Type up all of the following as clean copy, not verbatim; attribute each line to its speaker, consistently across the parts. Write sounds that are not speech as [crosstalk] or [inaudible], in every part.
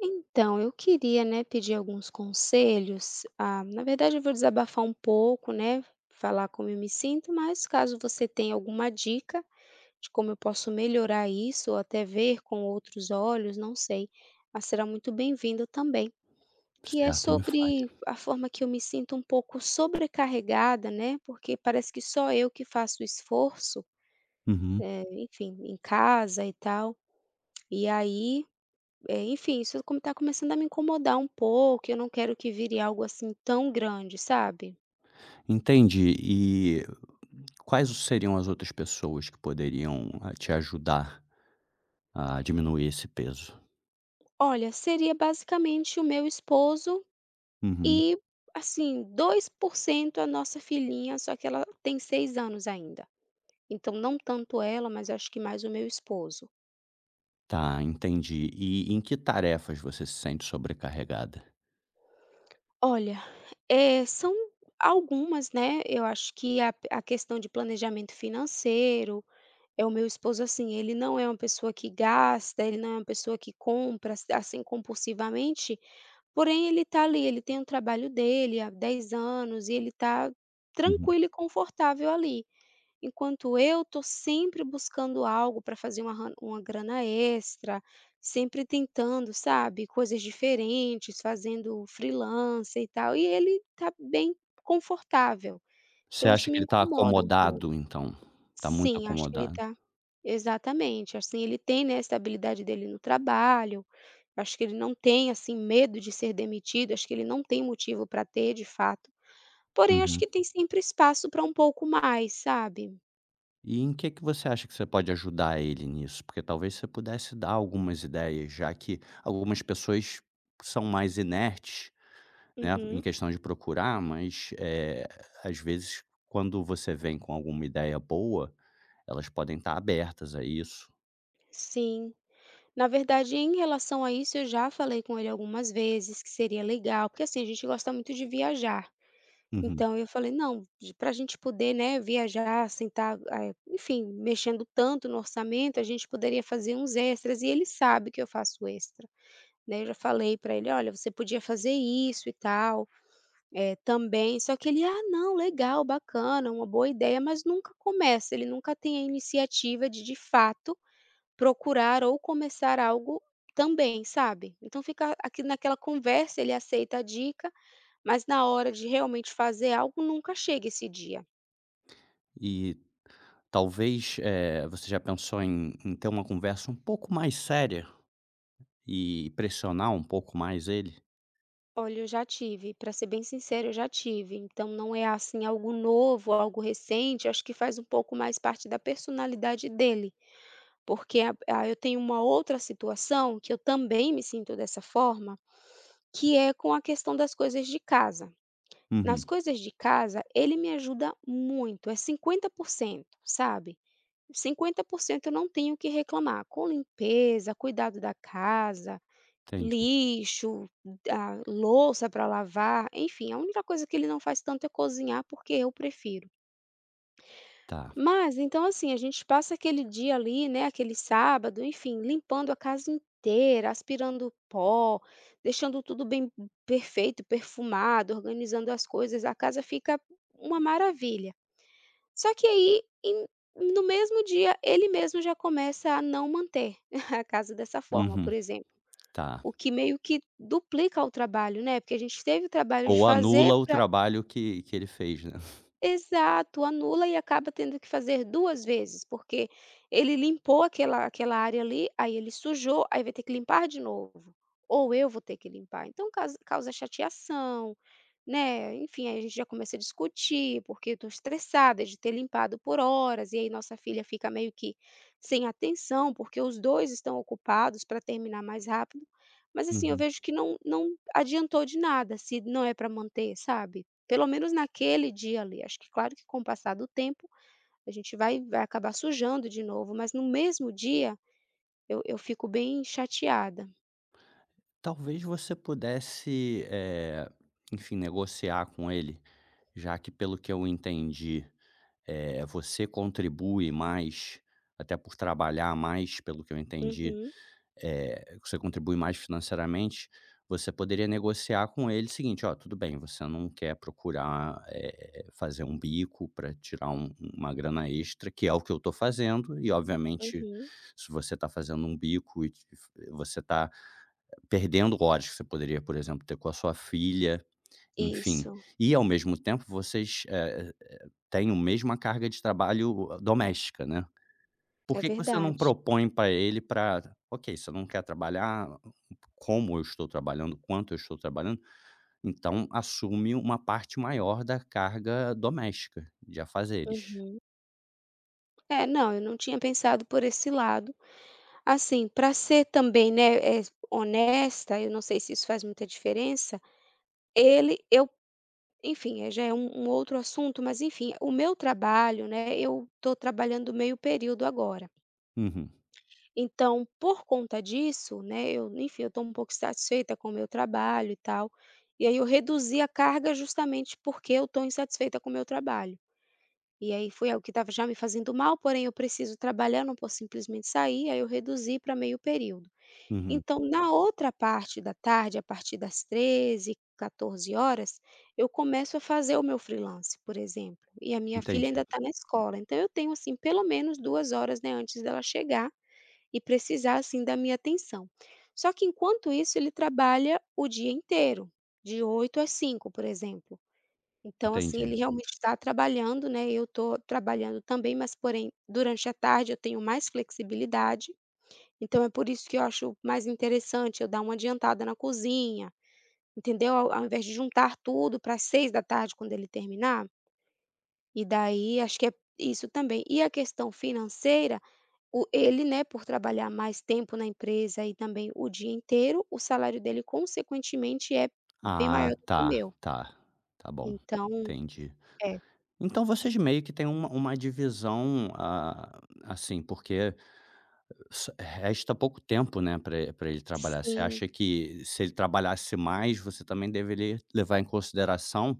Speaker 1: Então, eu queria, né, pedir alguns conselhos. Ah, na verdade, eu vou desabafar um pouco, né, falar como eu me sinto, mas caso você tenha alguma dica de como eu posso melhorar isso ou até ver com outros olhos, não sei, mas será muito bem-vindo também. Que é
Speaker 2: Certo, me
Speaker 1: sobre
Speaker 2: fale.
Speaker 1: a forma que eu me sinto um pouco sobrecarregada, né? Porque parece que só eu que faço o esforço,
Speaker 2: Uhum.
Speaker 1: enfim, em casa e tal. E aí enfim, isso como tá começando a me incomodar um pouco, eu não quero que vire algo assim tão grande, sabe.
Speaker 2: Entendi. E quais seriam as outras pessoas que poderiam, te ajudar a diminuir esse peso?
Speaker 1: Olha, seria basicamente o meu esposo
Speaker 2: Uhum.
Speaker 1: e, assim, 2% a nossa filhinha, só que ela tem 6 anos ainda. Então não tanto ela, mas acho que mais o meu esposo.
Speaker 2: Tá, entendi. E em que tarefas você se sente sobrecarregada?
Speaker 1: Olha, são algumas, né, eu acho que a questão de planejamento financeiro, é, o meu esposo, assim, ele não é uma pessoa que gasta, ele não é uma pessoa que compra, assim, compulsivamente, porém ele tá ali, ele tem o trabalho dele há 10 anos e ele tá
Speaker 2: Uhum.
Speaker 1: tranquilo e confortável ali. Enquanto eu tô sempre buscando algo para fazer uma grana extra, sempre tentando, sabe, coisas diferentes, fazendo freelancer e tal, e ele tá bem confortável.
Speaker 2: Você
Speaker 1: Então
Speaker 2: acha
Speaker 1: isso
Speaker 2: que
Speaker 1: me
Speaker 2: ele está
Speaker 1: incomoda um pouco.
Speaker 2: acomodado então? Está muito
Speaker 1: Sim, acho que ele
Speaker 2: acomodado?
Speaker 1: tá exatamente, assim, ele tem, né, a estabilidade dele no trabalho, acho que ele não tem, assim, medo de ser demitido, acho que ele não tem motivo para ter, de fato. Porém, acho
Speaker 2: Uhum.
Speaker 1: que tem sempre espaço para um pouco mais, sabe.
Speaker 2: E em que você acha que você pode ajudar ele nisso? Porque talvez você pudesse dar algumas ideias, já que algumas pessoas são mais inertes, né, em
Speaker 1: Uhum,
Speaker 2: questão de procurar, mas, às vezes, quando você vem com alguma ideia boa, elas podem estar abertas a isso.
Speaker 1: sim. Na verdade, em relação a isso, eu já falei com ele algumas vezes que seria legal, porque, assim, a gente gosta muito de viajar.
Speaker 2: Uhum.
Speaker 1: Então eu falei: "Não, para a gente poder, né, viajar sentar, enfim, mexendo tanto no orçamento, a gente poderia fazer uns extras", e ele sabe que eu faço extra, né, eu já falei para ele: "Olha, você podia fazer isso e tal, também", só que ele: "Ah, não, legal, bacana, uma boa ideia", mas nunca começa, ele nunca tem a iniciativa de fato, procurar ou começar algo também, sabe. Então fica aqui naquela conversa, ele aceita a dica, mas na hora de realmente fazer algo, nunca chega esse dia.
Speaker 2: E talvez, você já pensou em ter uma conversa um pouco mais séria e pressionar um pouco mais ele?
Speaker 1: Olha, eu já tive, para ser bem sincero, eu já tive. Então não é, assim, algo novo, algo recente, acho que faz um pouco mais parte da personalidade dele, porque a eu tenho uma outra situação que eu também me sinto dessa forma, que é com a questão das coisas de casa. Nas
Speaker 2: Uhum,
Speaker 1: coisas de casa, ele me ajuda muito, é 50%, sabe. 50% eu não tenho o que reclamar, com limpeza, cuidado da casa,
Speaker 2: entendi.
Speaker 1: lixo, a louça para lavar, enfim, a única coisa que ele não faz tanto é cozinhar, porque eu prefiro.
Speaker 2: Tá.
Speaker 1: Mas então, assim, a gente passa aquele dia ali, né, aquele sábado, enfim, limpando a casa inteira, aspirando pó, deixando tudo bem perfeito, perfumado, organizando as coisas, a casa fica uma maravilha. Só que aí, em no mesmo dia, ele mesmo já começa a não manter [laughs] a casa dessa forma,
Speaker 2: Uhum,
Speaker 1: por exemplo.
Speaker 2: tá.
Speaker 1: O que meio que duplica o trabalho, né, porque a gente teve o trabalho de
Speaker 2: Ou
Speaker 1: fazer
Speaker 2: anula o
Speaker 1: para
Speaker 2: trabalho que ele fez, né.
Speaker 1: exato, anula e acaba tendo que fazer 2 vezes, porque ele limpou aquela área ali, aí ele sujou, aí vai ter que limpar de novo, ou eu vou ter que limpar. Então causa chateação, né, enfim, aí a gente já começa a discutir, porque eu estou estressada de ter limpado por horas, e aí nossa filha fica meio que sem atenção, porque os 2 estão ocupados para terminar mais rápido. Mas assim, eu
Speaker 2: Uhum.
Speaker 1: vejo que não adiantou de nada se não é para manter, sabe? Pelo menos naquele dia ali, acho que claro que com o passar do tempo, a gente vai acabar sujando de novo, mas no mesmo dia eu fico bem chateada.
Speaker 2: Talvez você pudesse, enfim, negociar com ele, já que, pelo que eu entendi, você contribui mais, até por trabalhar mais, pelo que eu entendi,
Speaker 1: Uhum,
Speaker 2: você contribui mais financeiramente. Você poderia negociar com ele o seguinte: "Ó, tudo bem, você não quer procurar, fazer um bico para tirar um uma grana extra, que é o que eu estou fazendo". E, obviamente,
Speaker 1: uhum.
Speaker 2: se você está fazendo um bico e te você está perdendo horas que você poderia, por exemplo, ter com a sua filha, enfim.
Speaker 1: Isso,
Speaker 2: E ao mesmo tempo vocês, têm o mesma carga de trabalho, doméstica, né. Por
Speaker 1: é
Speaker 2: que que você não
Speaker 1: verdade.
Speaker 2: propõe para ele para: "Ok, você não quer trabalhar como eu estou trabalhando, quanto eu estou trabalhando, então assume uma parte maior da carga doméstica, de afazeres".
Speaker 1: Uhum. É, não, eu não tinha pensado por esse lado. Assim, para ser também, né, é honesta, eu não sei se isso faz muita diferença, ele eu enfim, já é um outro assunto, mas enfim, o meu trabalho, né, eu estou trabalhando meio período agora.
Speaker 2: Uhum,
Speaker 1: Então, por conta disso, né, eu enfim, eu estou um pouco insatisfeita com o meu trabalho e tal, e aí eu reduzi a carga justamente porque eu estou insatisfeita com o meu trabalho. E aí foi algo que estava já me fazendo mal, porém eu preciso trabalhar, não posso simplesmente sair, aí eu reduzi para meio período.
Speaker 2: uhum.
Speaker 1: Então, na outra parte da tarde, a partir das 13, 14 horas, eu começo a fazer o meu freelance, por exemplo, e a minha filha
Speaker 2: Entendi,
Speaker 1: ainda está na escola, então eu tenho assim pelo menos 2 horas, né, antes dela chegar e precisar, assim, da minha atenção. Só que enquanto isso ele trabalha o dia inteiro, de 8 às 5, por exemplo. Então, assim,
Speaker 2: entendi.
Speaker 1: ele realmente está trabalhando, né, eu estou trabalhando também, mas porém, durante a tarde eu tenho mais flexibilidade, então é por isso que eu acho mais interessante eu dar uma adiantada na cozinha, entendeu? Ao invés de juntar tudo para 6 da tarde quando ele terminar, e daí acho que é isso também. E a questão financeira, o ele, né, por trabalhar mais tempo na empresa e também o dia inteiro, o salário dele consequentemente é bem
Speaker 2: Ah,
Speaker 1: maior do que o
Speaker 2: tá,
Speaker 1: meu.
Speaker 2: tá. Tá bom,
Speaker 1: Então
Speaker 2: entendi.
Speaker 1: é.
Speaker 2: Então vocês meio que têm uma divisão, ah, assim, porque só resta pouco tempo, né, para ele trabalhar. Você
Speaker 1: Sim,
Speaker 2: acha que se ele trabalhasse mais, você também deveria levar em consideração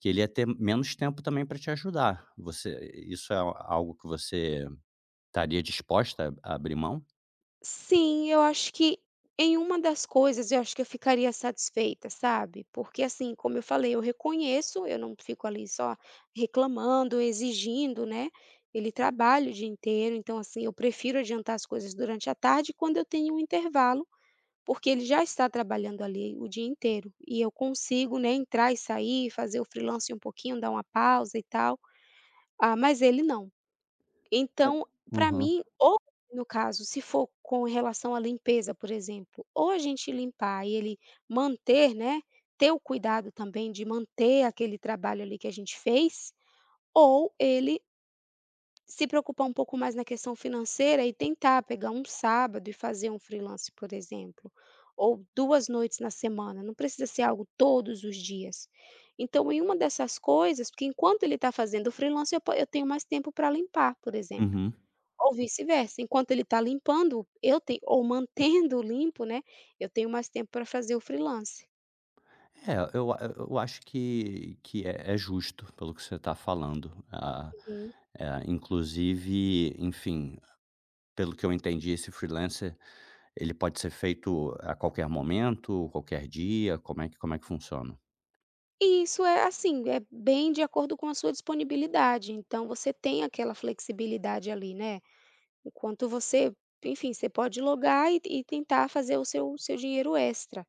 Speaker 2: que ele ia ter menos tempo também para te ajudar. Você isso é algo que você estaria disposta a abrir mão?
Speaker 1: sim, eu acho que em uma das coisas eu acho que eu ficaria satisfeita, sabe. Porque assim, como eu falei, eu reconheço, eu não fico ali só reclamando, exigindo, né. Ele trabalha o dia inteiro, então assim, eu prefiro adiantar as coisas durante a tarde, quando eu tenho um intervalo. Porque ele já está trabalhando ali o dia inteiro, e eu consigo, né, entrar e sair, fazer o freelance um pouquinho, dar uma pausa e tal, ah, mas ele não.
Speaker 2: É.
Speaker 1: Então, para
Speaker 2: Uhum,
Speaker 1: mim, ou no caso, se for com relação à limpeza, por exemplo, ou a gente limpar e ele manter, né, ter o cuidado também de manter aquele trabalho ali que a gente fez, ou ele se preocupar um pouco mais na questão financeira e tentar pegar um sábado e fazer um freelance, por exemplo, ou 2 noites na semana, não precisa ser algo todos os dias. Então, em uma dessas coisas, porque enquanto ele está fazendo o freelance, eu tenho mais tempo para limpar, por exemplo,
Speaker 2: uhum.
Speaker 1: ou vice-versa, enquanto ele está limpando, eu tenho ou mantendo limpo, né, eu tenho mais tempo para fazer o freelance.
Speaker 2: É, eu acho que é justo pelo que você está falando.
Speaker 1: Uhum.
Speaker 2: Inclusive, enfim, pelo que eu entendi, esse freelancer, ele pode ser feito a qualquer momento, qualquer dia? Como é que funciona?
Speaker 1: E isso é assim, é bem de acordo com a sua disponibilidade, então você tem aquela flexibilidade ali, né. Enquanto você enfim, você pode logar e tentar fazer o seu dinheiro extra.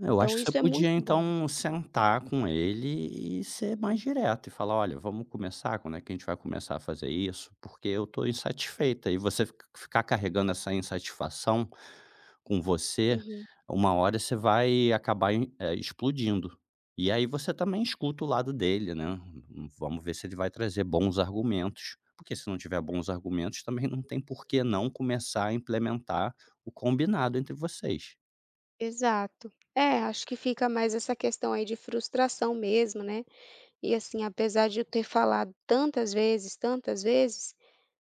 Speaker 2: Eu acho
Speaker 1: Então
Speaker 2: que você
Speaker 1: isso é
Speaker 2: podia
Speaker 1: muito bom.
Speaker 2: então sentar com ele e ser mais
Speaker 1: Uhum,
Speaker 2: direto e falar: "Olha, vamos começar? Quando é que a gente vai começar a fazer isso? Porque eu estou insatisfeita". E você ficar carregando essa insatisfação com você,
Speaker 1: uhum.
Speaker 2: uma hora você vai acabar explodindo. E aí você também escuta o lado dele, né. Vamos ver se ele vai trazer bons argumentos, porque se não tiver bons argumentos também não tem por que não começar a implementar o combinado entre vocês.
Speaker 1: Exato. É, acho que fica mais essa questão aí de frustração mesmo, né. E assim, apesar de eu ter falado tantas vezes,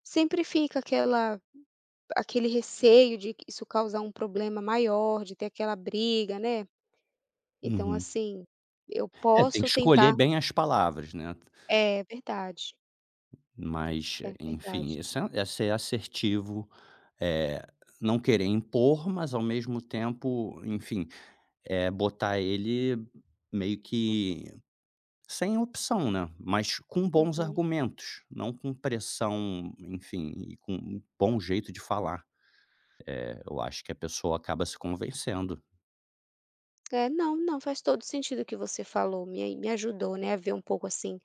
Speaker 1: sempre fica aquela aquele receio de que isso causar um problema maior, de ter aquela briga, né. Então
Speaker 2: Uhum.
Speaker 1: assim, eu
Speaker 2: É, tem que
Speaker 1: posso
Speaker 2: escolher
Speaker 1: tentar.
Speaker 2: bem as palavras, né,
Speaker 1: É verdade,
Speaker 2: mas
Speaker 1: é verdade.
Speaker 2: enfim, isso é ser assertivo, é não querer impor, mas ao mesmo tempo, enfim, é botar ele meio que sem opção, né, mas com bons
Speaker 1: Uhum.
Speaker 2: argumentos, não com pressão, enfim, e com um bom jeito de falar. Eu acho que a pessoa acaba se convencendo.
Speaker 1: É, não, não, faz todo sentido o que você falou, me ajudou, né, a ver um pouco, assim,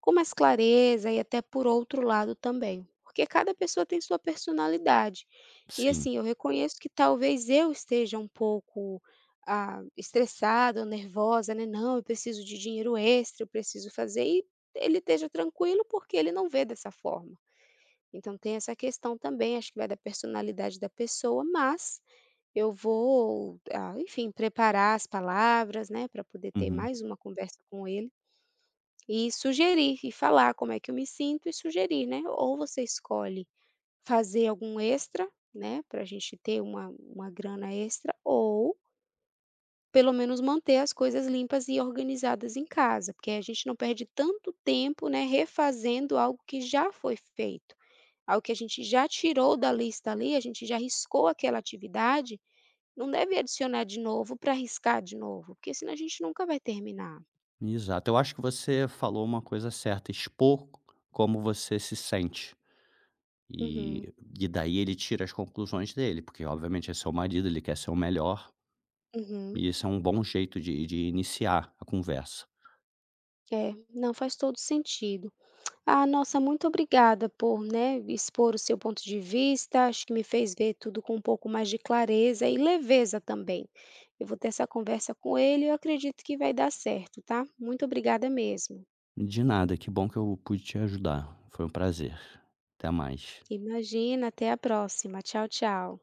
Speaker 1: com mais clareza e até por outro lado também, porque cada pessoa tem sua personalidade. E,
Speaker 2: Sim.
Speaker 1: assim, eu reconheço que talvez eu esteja um pouco, ah, estressada ou nervosa, né, "Não, eu preciso de dinheiro extra, eu preciso fazer", e ele esteja tranquilo porque ele não vê dessa forma. Então tem essa questão também, acho que vai da personalidade da pessoa, mas eu vou, ah, enfim, preparar as palavras, né, para poder ter
Speaker 2: Uhum.
Speaker 1: mais uma conversa com ele e sugerir e falar como é que eu me sinto e sugerir, né, ou você escolhe fazer algum extra, né, para a gente ter uma grana extra ou pelo menos manter as coisas limpas e organizadas em casa, porque aí a gente não perde tanto tempo, né, refazendo algo que já foi feito. Algo que a gente já tirou da lista ali, a gente já riscou aquela atividade, não deve adicionar de novo para riscar de novo, porque senão a gente nunca vai terminar.
Speaker 2: Exato. Eu acho que você falou uma coisa certa: expor como você se sente.
Speaker 1: Uhum.
Speaker 2: E e daí ele tira as conclusões dele, porque obviamente é seu marido, ele quer ser o melhor,
Speaker 1: Uhum.
Speaker 2: e esse é um bom jeito de iniciar a conversa.
Speaker 1: É, não, faz todo sentido. Ah, nossa, muito obrigada por, né, expor o seu ponto de vista, acho que me fez ver tudo com um pouco mais de clareza e leveza também. Eu vou ter essa conversa com ele e eu acredito que vai dar certo, tá? Muito obrigada mesmo.
Speaker 2: De nada, que bom que eu pude te ajudar. Foi um prazer. Até mais.
Speaker 1: Imagina, até a próxima. Tchau, tchau.